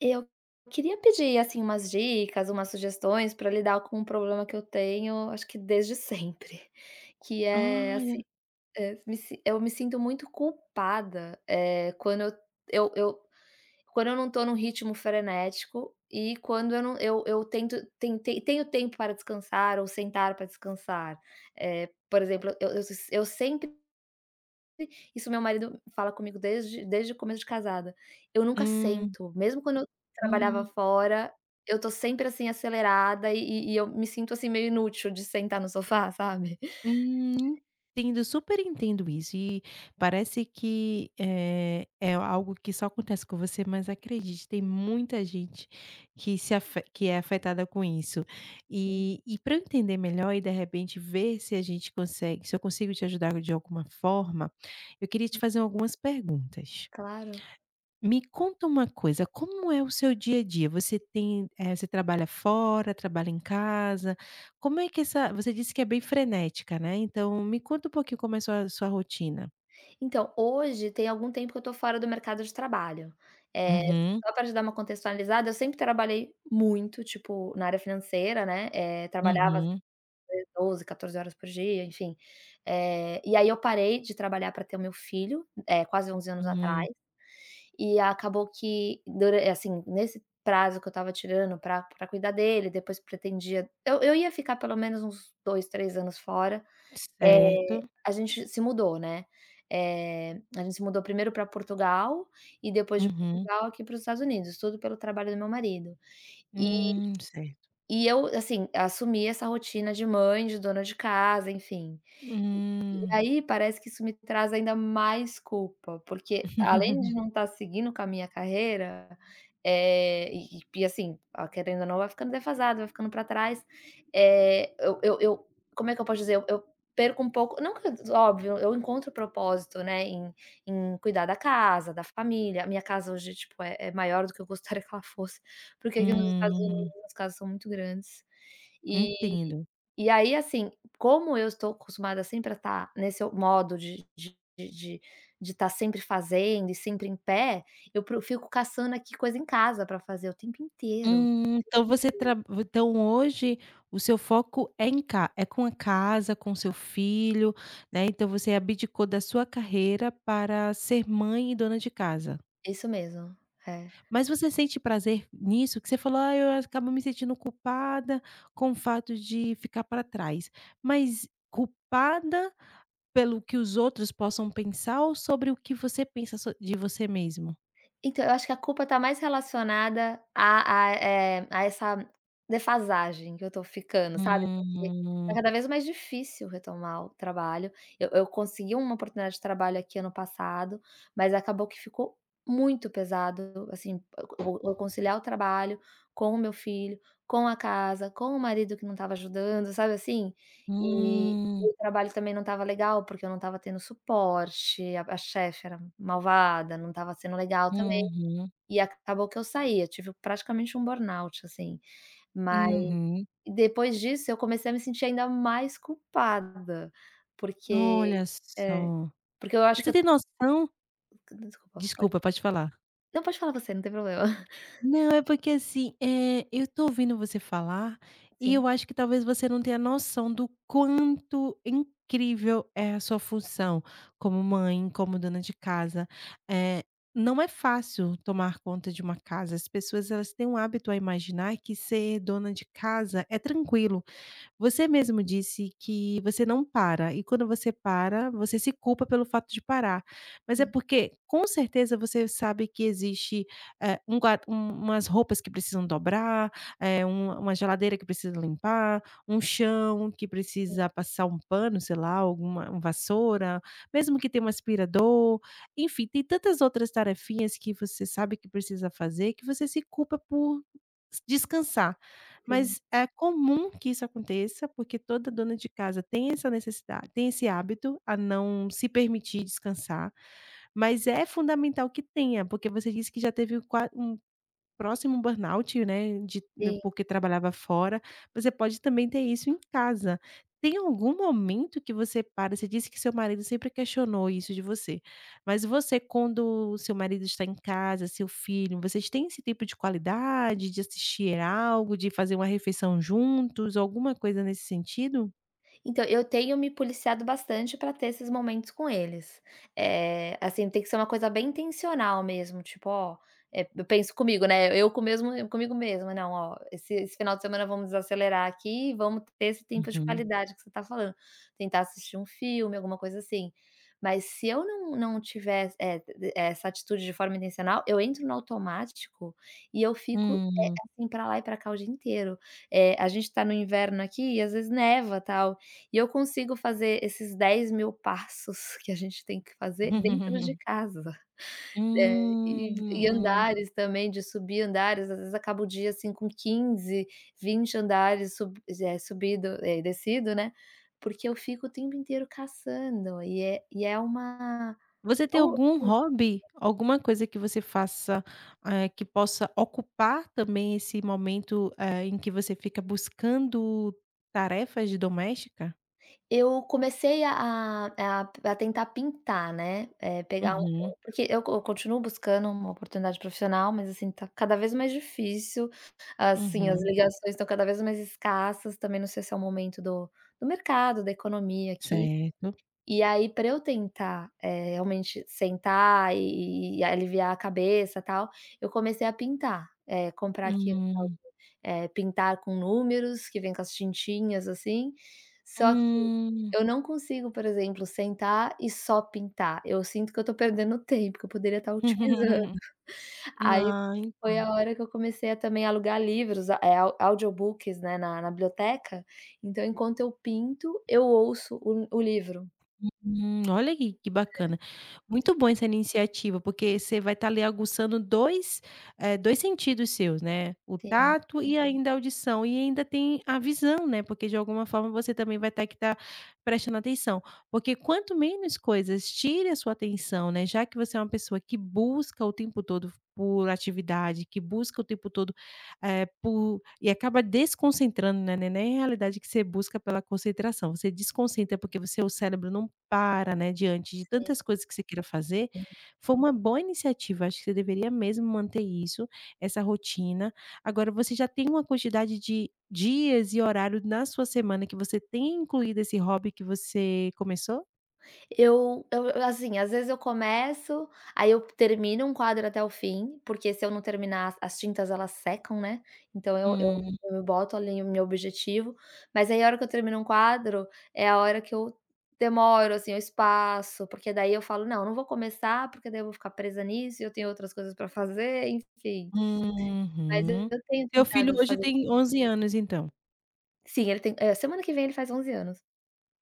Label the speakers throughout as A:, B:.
A: Eu queria pedir, assim, umas dicas, umas sugestões para lidar com um problema que eu tenho, acho que desde sempre, que
B: Ah,
A: é
B: olha.
A: assim, eh, me si eu me sinto muito culpada, eu eu quando eu não tô num ritmo frenético e quando eu não eu eu tento tentei tenho tempo para descansar ou sentar para descansar. Por exemplo, eu sempre isso meu marido fala comigo desde o começo de casada. Eu nunca
B: Hum,
A: sento, mesmo quando eu trabalhava
B: hum,
A: fora, eu tô sempre, assim, acelerada e eu me sinto, assim, meio inútil de sentar no sofá, sabe.
B: hum, entendo, super entendo isso e parece que, é algo que só acontece com você, mas acredite, tem muita gente que se afe que é afetada com isso.
A: Hum,
B: E pra eu entender melhor e de repente ver se a gente consegue se eu consigo te ajudar de alguma forma, eu queria te fazer algumas perguntas.
A: claro.
B: Me conta uma coisa, como é o seu dia a dia? Você tem, você trabalha fora, trabalha em casa? Como é que essa Você disse que é bem frenética, né, então me conta um pouquinho como é a sua rotina.
A: Então, hoje tem algum tempo que eu tô fora do mercado de trabalho. Eh,
B: Uhum,
A: Só para te dar uma contextualizada, eu sempre trabalhei muito, tipo, na área financeira, né, trabalhava às
B: uhum,
A: vezes 12, 14 horas por dia, enfim. E aí eu parei de trabalhar para ter o meu filho, quase 11 anos atrás.
B: hum,
A: E acabou que assim, nesse prazo que eu estava tirando pra cuidar dele, depois pretendia eu ia ficar pelo menos uns 2, 3 anos fora, eh,
B: Certo.
A: a gente se mudou, né. A gente se mudou primeiro para Portugal e depois de
B: uhum,
A: Portugal aqui para os Estados Unidos, tudo pelo trabalho do meu marido. E
B: Certo.
A: e eu, assim, assumi essa rotina de mãe, de dona de casa, enfim. E
B: Hum.
A: aí parece que isso me traz ainda mais culpa, porque além de não estar seguindo com a minha carreira, e assim, a querendo ou não vai ficando defasado, vai ficando para trás, eh, eu como é que eu posso dizer? Eu perco um pouco não que óbvio, eu encontro propósito, né, em cuidar da casa, da família, a minha casa hoje, tipo, é maior do que eu gostaria que ela fosse, porque aqui nos Estados
B: Hum,
A: Unidos as casas são muito grandes. E
B: entendo.
A: e aí, assim, como eu estou acostumada sempre a estar nesse modo de estar sempre fazendo e sempre em pé, eu pro fico caçando aqui coisa em casa para fazer o tempo inteiro.
B: Então você tra então hoje o seu foco é em ca é com a casa, com seu filho, né, então você abdicou da sua carreira para ser mãe e dona de casa.
A: Isso mesmo, é.
B: Mas você sente prazer nisso? Que você falou: "Ah, eu acabo me sentindo culpada com o fato de ficar para trás". Mas culpada pelo que os outros possam pensar ou sobre o que você pensa de você mesmo?
A: Então, eu acho que a culpa está mais relacionada a essa defasagem que eu estou ficando, sabe, porque tá
B: Hum,
A: cada vez mais difícil retomar o trabalho. Eu consegui uma oportunidade de trabalho aqui ano passado, mas acabou que ficou muito pesado, assim, eu conciliar o trabalho com o meu filho, com a casa, com o marido que não estava ajudando, sabe assim? E
B: hum,
A: e o trabalho também não estava legal, porque eu não estava tendo suporte, a chefe era malvada, não estava sendo legal
B: uhum,
A: e acabou que eu saí, eu tive praticamente um burnout, assim. Mas
B: uhum.
A: depois disso eu comecei a me sentir ainda mais culpada, porque
B: Olha
A: é,
B: só.
A: porque eu acho que
B: Você
A: eu
B: tem noção,
A: desculpa, pode
B: desculpa, pode falar.
A: não, pode falar você, não tem problema.
B: Não, é porque assim, eu tô ouvindo você falar, e
A: Sim,
B: eu acho que talvez você não tenha noção do quanto incrível é a sua função como mãe, como dona de casa. Eh, não é fácil tomar conta de uma casa. As pessoas, elas têm um hábito a imaginar que ser dona de casa é tranquilo. Você mesmo disse que você não para, e quando você para, você se culpa pelo fato de parar. Mas é
A: sim,
B: porque, com certeza, você sabe que existe, eh, um gua um- umas roupas que precisam dobrar, uma geladeira que precisa limpar, um chão que precisa passar um pano, sei lá, alguma um vassoura, mesmo que tenha um aspirador, enfim, tem tantas outras tarefinhas que você sabe que precisa fazer, que você se culpa por descansar.
A: sim,
B: Mas é comum que isso aconteça, porque toda dona de casa tem essa necessidade, tem esse hábito a não se permitir descansar, mas é fundamental que tenha, porque você disse que já teve qua um próximo burnout, né, de né,
A: sim.
B: porque trabalhava fora, você pode também ter isso em casa. Tem algum momento que você para Você disse que seu marido sempre questionou isso de você, mas você quando o seu marido está em casa, seu filho, vocês têm esse tempo de qualidade, de assistir algo, de fazer uma refeição juntos, alguma coisa nesse sentido?
A: Então, eu tenho me policiado bastante para ter esses momentos com eles. Assim, tem que ser uma coisa bem intencional mesmo, tipo: "Ó", eu penso comigo, né, eu com mesmo eu comigo mesma: "Não, ó, esse final de semana vamos desacelerar aqui e vamos ter esse tempo de
B: Uhum.
A: qualidade que você tá falando". Tentar assistir um filme, alguma coisa assim. Mas se eu não tiver, essa atitude de forma intencional, eu entro no automático e eu fico,
B: Hum.
A: assim, pra lá e pra cá o dia inteiro. A gente tá no inverno aqui e às vezes neva, tal. E eu consigo fazer esses 10 mil passos que a gente tem que fazer dentro de casa. É,
B: Hum,
A: e
B: hum.
A: andares também, de subir andares, às vezes acaba o dia, assim, com 15, 20 andares subido, descido, né, porque eu fico o tempo inteiro caçando e é uma
B: Você tem algum hobby, alguma coisa que você faça, que possa ocupar também esse momento, em que você fica buscando tarefas de doméstica?
A: Eu comecei a tentar pintar, né, eh, pegar um
B: Uhum,
A: porque eu continuo buscando uma oportunidade profissional, mas, assim, tá cada vez mais difícil, assim, as
B: uhum.
A: ligações estão cada vez mais escassas, também não sei se é o momento do mercado, da economia aqui.
B: Certo.
A: E aí para eu tentar, realmente sentar e aliviar a cabeça, tal, eu comecei a pintar, comprar aqui
B: Hum,
A: pintar com números, que vem com as tintinhas, assim, só que
B: hum.
A: eu não consigo, por exemplo, sentar e só pintar, eu sinto que eu tô perdendo tempo, que eu poderia estar otimizando. Aí
B: Ah,
A: foi a hora que eu comecei a também alugar livros, a- é au audiobooks, né, na biblioteca, então enquanto eu pinto, eu ouço o livro.
B: hum, olha que bacana. Muito bom essa iniciativa, porque você vai estar ali aguçando 2 sentidos seus, né, o
A: Sim,
B: tato e ainda a audição, e ainda tem a visão, né, porque de alguma forma você também vai ter que estar prestando atenção, porque quanto menos coisas tire a sua atenção, né, já que você é uma pessoa que busca o tempo todo por atividade, que busca o tempo todo, eh, por e acaba desconcentrando, né, não é nem a realidade que você busca pela concentração, você desconcentra porque você o seu cérebro não para, né, diante de
A: sim.
B: tantas coisas que você queira fazer, foi uma boa iniciativa, acho que você deveria mesmo manter isso, essa rotina. Agora você já tem uma quantidade de dias e horário na sua semana que você tem incluído esse hobby que você começou?
A: Eu Assim, às vezes eu começo, aí eu termino um quadro até o fim, porque se eu não terminar as tintas elas secam, né, então eu eu
B: Hum,
A: eu boto ali o meu objetivo, mas aí a hora que eu termino um quadro, é a hora que eu demoro, assim, eu espaço, porque daí eu falo: "Não, eu não vou começar, porque daí eu vou ficar presa nisso e eu tenho outras coisas para fazer", enfim. Mas
B: uhum.
A: eu tenho
B: Seu filho
A: tentado
B: hoje
A: fazer.
B: tem 11 anos então?
A: Sim, ele tem semana que vem ele faz 11 anos.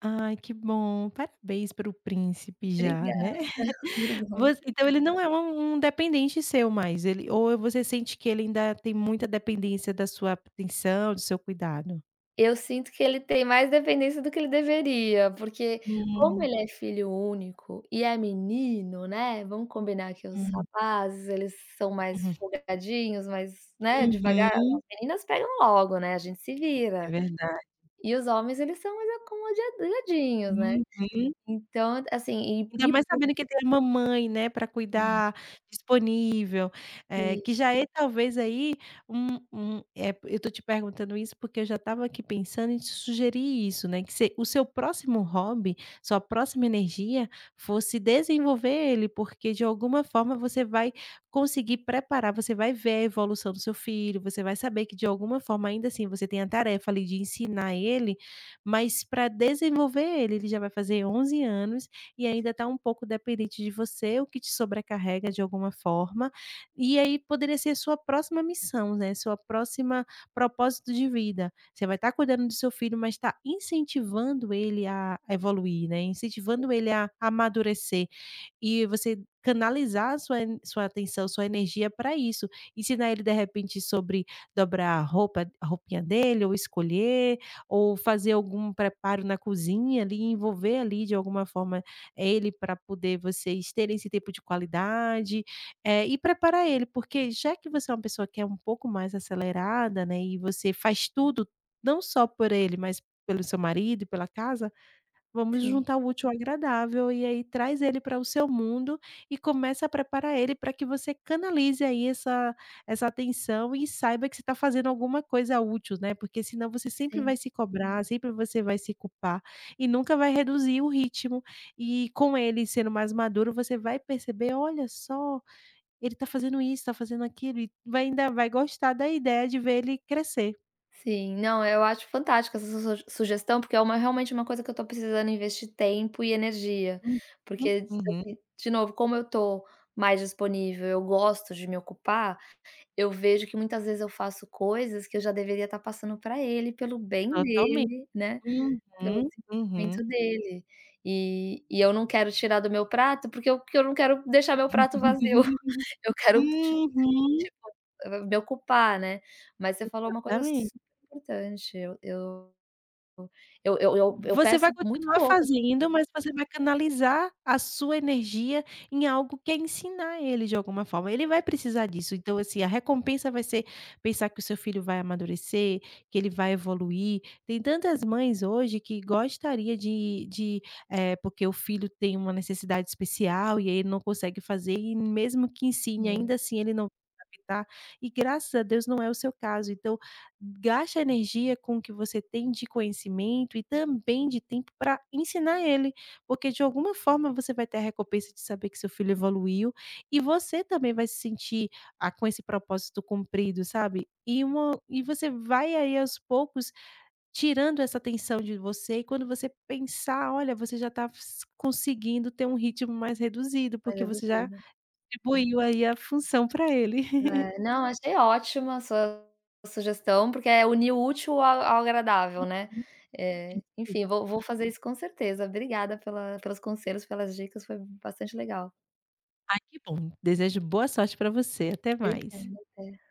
B: Ai que bom, parabéns para o príncipe já,
A: Obrigada,
B: né?
A: obrigada.
B: Voc Então ele não é um dependente seu mais, ele, ou você sente que ele ainda tem muita dependência da sua atenção, do seu cuidado?
A: Eu sinto que ele tem mais dependência do que ele deveria, porque como
B: Hum,
A: ele é filho único e é menino, né, vamos combinar que os
B: hum.
A: rapazes, eles são mais
B: Uhum.
A: folgadinhos, mais, né, devagar,
B: Uhum.
A: as meninas pegam logo, né, a gente se
B: É
A: vira.
B: verdade.
A: E os homens, eles são mais acomodadinhos, né.
B: Uhum.
A: Então, assim, e
B: Ainda
A: e
B: mais
A: por.
B: sabendo que tem a mamãe, né, para
A: Sim,
B: cuidar, disponível, eh, que já é talvez aí um um eh, eu tô te perguntando isso porque eu já estava aqui pensando em te sugerir isso, né, que se o seu próximo hobby, sua próxima energia fosse desenvolver ele, porque de alguma forma você vai conseguir preparar, você vai ver a evolução do seu filho, você vai saber que de alguma forma ainda assim você tem a tarefa ali de ensinar ele, mas para desenvolver ele, ele já vai fazer 11 anos e ainda está um pouco dependente de você, o que te sobrecarrega de alguma forma. E aí poderia ser a sua próxima missão, né? Sua próxima propósito de vida. Você vai estar cuidando do seu filho, mas está incentivando ele a evoluir, né? Incentivando ele a amadurecer. E você canalizar sua atenção, sua energia para isso. Ensinar ele, de repente, sobre dobrar a roupinha dele, ou escolher, ou fazer algum preparo na cozinha ali, envolver ali de alguma forma ele para poder vocês terem esse tempo de qualidade, e preparar ele, porque já que você é uma pessoa que é um pouco mais acelerada, né, e você faz tudo, não só por ele, mas pelo seu marido e pela casa. Vamos
A: sim,
B: juntar o útil ao agradável e aí traz ele para o seu mundo e começa a preparar ele para que você canalize aí essa atenção e saiba que você está fazendo alguma coisa útil, né, porque senão você sempre
A: sim.
B: vai se cobrar, sempre você vai se culpar e nunca vai reduzir o ritmo. E com ele sendo mais maduro, você vai perceber: "Olha só, ele está fazendo isso, está fazendo aquilo", e vai, ainda vai gostar da ideia de ver ele crescer.
A: Sim, não, eu acho fantástica essa su su sugestão, porque é uma realmente uma coisa que eu tô precisando investir tempo e energia,
B: Uhum,
A: porque,
B: uhum.
A: assim, de novo, como eu tô mais disponível, eu gosto de me ocupar, eu vejo que muitas vezes eu faço coisas que eu já deveria estar passando para ele, pelo bem
B: Totalmente.
A: dele, né,
B: Uhum,
A: pelo
B: uhum.
A: desenvolvimento dele. E eu não quero tirar do meu prato, porque eu não quero deixar meu prato vazio. eu quero
B: Uhum,
A: Tipo, eu me ocupar, né. Mas você falou uma coisa
B: exatamente.
A: super importante, eu
B: Você vai
A: peço muito
B: continuar
A: pouco,
B: fazendo, mas você vai canalizar a sua energia em algo que é ensinar ele de alguma forma. Ele vai precisar disso, então, assim, a recompensa vai ser pensar que o seu filho vai amadurecer, que ele vai evoluir. Tem tantas mães hoje que gostaria porque o filho tem uma necessidade especial e aí ele não consegue fazer e mesmo que ensine,
A: assim,
B: ainda assim ele não vai adaptar, e graças a Deus não é o seu caso. Então, gaste a energia com o que você tem de conhecimento e também de tempo para ensinar ele, porque de alguma forma você vai ter a recompensa de saber que seu filho evoluiu e você também vai se sentir, ah, com esse propósito cumprido, sabe. E você vai aí aos poucos tirando essa tensão de você e quando você pensar, olha, você já está conseguindo ter um ritmo mais reduzido,
A: mas
B: porque
A: eu
B: você já
A: duvido.
B: atribuiu aí a função para ele.
A: É, não, achei ótima a sua sugestão, porque é unir o útil ao agradável, né. Eh,
B: Uhum.
A: enfim, vou fazer isso com certeza. Obrigada pela pelos conselhos, pelas dicas, foi bastante legal.
B: Ai, que bom. Desejo boa sorte para você. Até mais.
A: Obrigada, até.